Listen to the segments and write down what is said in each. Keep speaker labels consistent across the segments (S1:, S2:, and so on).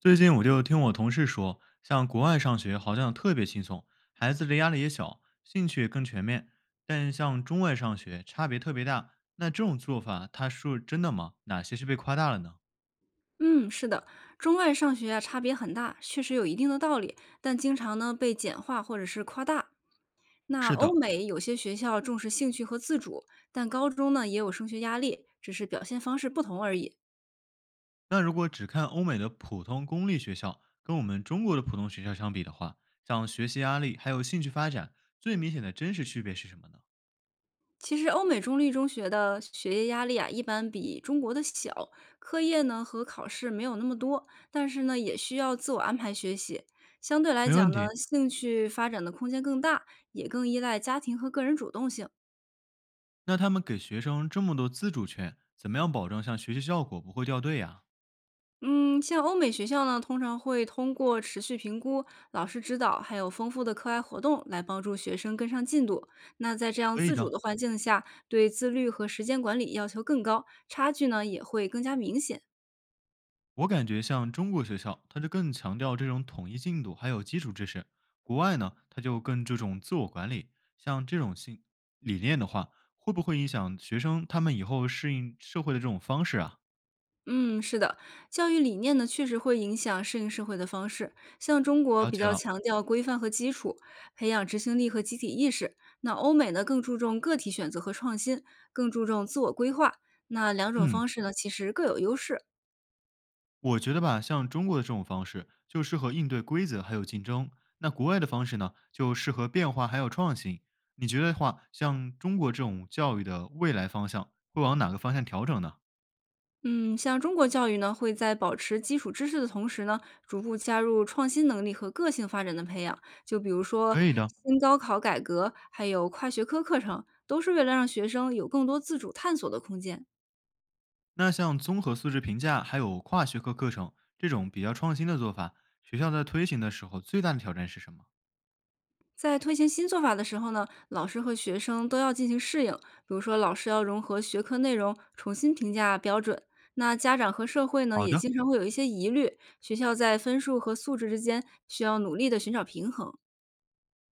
S1: 最近我就听我同事说，像国外上学好像特别轻松，孩子的压力也小，兴趣也更全面。但像中外上学差别特别大，那这种做法它是真的吗？哪些是被夸大了呢？
S2: 嗯，是的，中外上学啊差别很大，确实有一定的道理，但经常呢被简化或者是夸大。那
S1: 是
S2: 欧
S1: 的。
S2: 美有些学校重视兴趣和自主，但高中呢也有升学压力，只是表现方式不同而已。
S1: 那如果只看欧美的普通公立学校跟我们中国的普通学校相比的话，像学习压力还有兴趣发展，最明显的真实区别是什么呢？
S2: 其实欧美中立中学的学业压力啊，一般比中国的小，课业呢和考试没有那么多，但是呢也需要自我安排学习。相对来
S1: 没问
S2: 讲呢，
S1: 题。
S2: 兴趣发展的空间更大，也更依赖家庭和个人主动性。
S1: 那他们给学生这么多自主权，怎么样保证像学习效果不会掉队呀、
S2: 嗯，像欧美学校呢，通常会通过持续评估、老师指导，还有丰富的课外活动来帮助学生跟上进度。那在这样
S1: 可以
S2: 自主
S1: 的。
S2: 的环境下，对自律和时间管理要求更高，差距呢也会更加明显。
S1: 我感觉像中国学校，它就更强调这种统一进度还有基础知识；国外呢，它就更注重自我管理。像这种性理念的话，会不会影响学生他们以后适应社会的这种方式啊？
S2: 嗯，是的，教育理念呢确实会影响适应社会的方式。像中国
S1: 了
S2: 比
S1: 解
S2: 较
S1: 了。
S2: 强调规范和基础，培养执行力和集体意识；那欧美呢更注重个体选择和创新，更注重自我规划。那两种方
S1: 嗯，
S2: 式呢其实各有优势。
S1: 我觉得吧，像中国的这种方式就适合应对规则还有竞争，那国外的方式呢，就适合变化还有创新。你觉得的话，像中国这种教育的未来方向会往哪个方向调整呢？
S2: 嗯，像中国教育呢，会在保持基础知识的同时呢，逐步加入创新能力和个性发展的培养。就比如说
S1: 可以的。
S2: 新高考改革，还有跨学科课程，都是为了让学生有更多自主探索的空间。
S1: 那像综合素质评价还有跨学科课程这种比较创新的做法，学校在推行的时候最大的挑战是什么？
S2: 在推行新做法的时候呢，老师和学生都要进行适应。比如说，老师要融合学科内容，重新评价标准。那家长和社会呢，
S1: 好
S2: 也
S1: 的。
S2: 经常会有一些疑虑，学校在分数和素质之间需要努力的寻找平衡。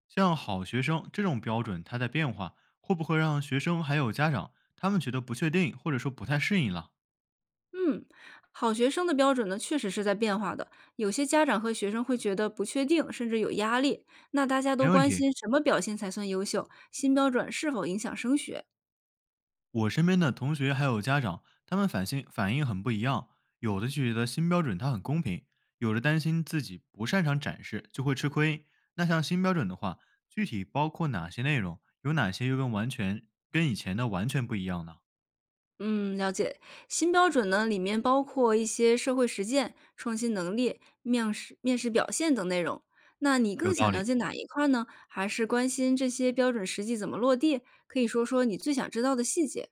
S1: 像好学生这种标准，它在变化，会不会让学生还有家长他们觉得不确定，或者说不太适应了？
S2: 嗯，好学生的标准呢，确实是在变化的。有些家长和学生会觉得不确定，甚至有压力。那大家都
S1: 没问
S2: 关
S1: 题，
S2: 心什么表现才算优秀？新标准是否影响升学？
S1: 我身边的同学还有家长，他们反应很不一样，有的就觉得新标准它很公平，有的担心自己不擅长展示就会吃亏。那像新标准的话，具体包括哪些内容？有哪些又跟完全跟以前的完全不一样呢？
S2: 嗯，了解。新标准呢，里面包括一些社会实践、创新能力、面试、面试表现等内容。那你更
S1: 有
S2: 想
S1: 道
S2: 了
S1: 理。
S2: 解哪一块儿呢？还是关心这些标准实际怎么落地？可以说说你最想知道的细节。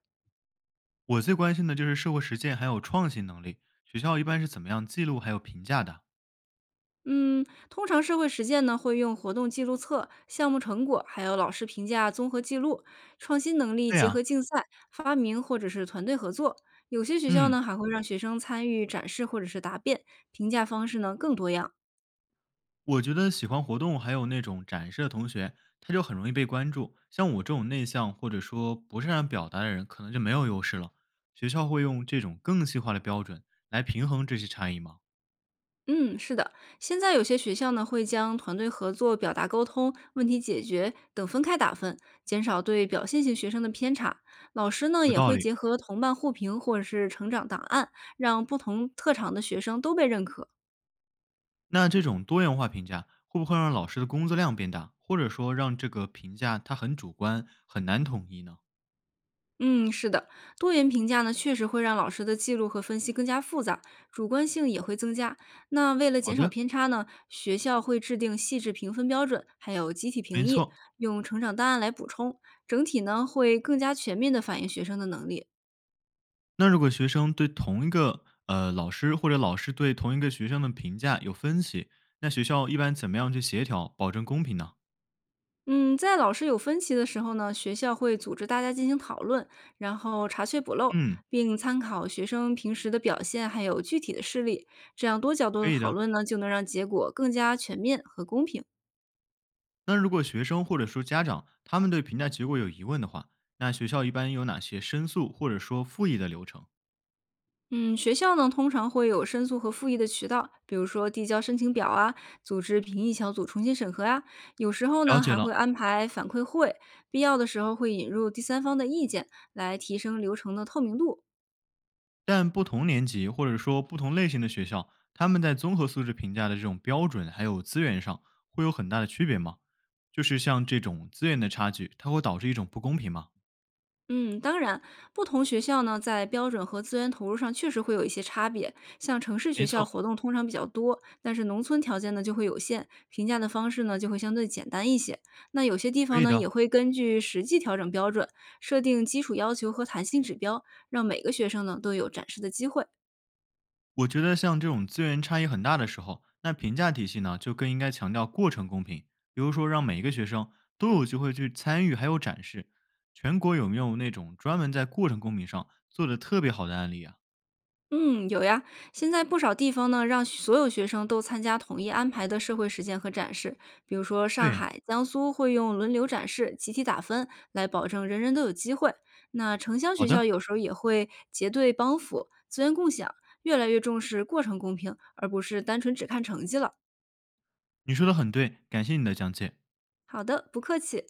S1: 我最关心的就是社会实践还有创新能力，学校一般是怎么样记录还有评价的？
S2: 嗯，通常社会实践呢，会用活动记录册、项目成果，还有老师评价综合记录。创新能力
S1: 对
S2: 结合
S1: 呀、
S2: 竞赛、发明或者是团队合作。有些学校
S1: 嗯，
S2: 呢，还会让学生参与展示或者是答辩，评价方式呢更多样。
S1: 我觉得喜欢活动还有那种展示的同学，他就很容易被关注。像我这种内向或者说不擅长表达的人，可能就没有优势了。学校会用这种更细化的标准来平衡这些差异吗？
S2: 嗯，是的，现在有些学校呢会将团队合作、表达沟通、问题解决等分开打分，减少对表现型学生的偏差。老师呢
S1: 有
S2: 也
S1: 道
S2: 会
S1: 理。
S2: 结合同伴互评或者是成长档案，让不同特长的学生都被认可。
S1: 那这种多元化评价会不会让老师的工作量变大，或者说让这个评价它很主观，很难统一呢？
S2: 嗯，是的，多元评价呢，确实会让老师的记录和分析更加复杂，主观性也会增加。那为了
S1: 好
S2: 减少
S1: 的，
S2: 偏差呢，学校会制定细致评分标准，还有集体评
S1: 没
S2: 议，
S1: 错。
S2: 用成长档案来补充，整体呢会更加全面的反映学生的能力。
S1: 那如果学生对同一个老师或者老师对同一个学生的评价有分歧，那学校一般怎么样去协调，保证公平呢？
S2: 嗯，在老师有分歧的时候呢，学校会组织大家进行讨论，然后查缺补漏，
S1: 嗯，
S2: 并参考学生平时的表现，还有具体的事例，这样多角度
S1: 可
S2: 的
S1: 以
S2: 讨
S1: 的。
S2: 论呢，就能让结果更加全面和公平。
S1: 那如果学生或者说家长他们对评价结果有疑问的话，那学校一般有哪些申诉或者说复议的流程？
S2: 嗯，学校呢通常会有申诉和复议的渠道，比如说递交申请表啊，组织评议小组重新审核啊，有时候呢
S1: 了解
S2: 还会
S1: 了。
S2: 安排反馈会，必要的时候会引入第三方的意见，来提升流程的透明度。
S1: 但不同年级或者说不同类型的学校，他们在综合素质评价的这种标准还有资源上会有很大的区别吗？就是像这种资源的差距，它会导致一种不公平吗？
S2: 嗯，当然，不同学校呢，在标准和资源投入上确实会有一些差别。像城市
S1: 没
S2: 学校
S1: 错，
S2: 活动通常比较多，但是农村条件呢就会有限，评价的方式呢就会相对简单一些。那有些地
S1: 可
S2: 方
S1: 以
S2: 呢也
S1: 的。
S2: 会根据实际调整标准，设定基础要求和弹性指标，让每个学生呢都有展示的机会。
S1: 我觉得像这种资源差异很大的时候，那评价体系呢就更应该强调过程公平，比如说让每一个学生都有机会去参与，还有展示。全国有没有那种专门在过程公平上做的特别好的案例啊？
S2: 嗯，有呀。现在不少地方呢，让所有学生都参加统一安排的社会实践和展示。比如说，上
S1: 对，
S2: 海、江苏会用轮流展示、集体打分来保证人人都有机会。那城乡
S1: 好
S2: 学
S1: 的，
S2: 校有时候也会结对帮扶、资源共享，越来越重视过程公平，而不是单纯只看成绩了。
S1: 你说的很对，感谢你的讲解。
S2: 好的，不客气。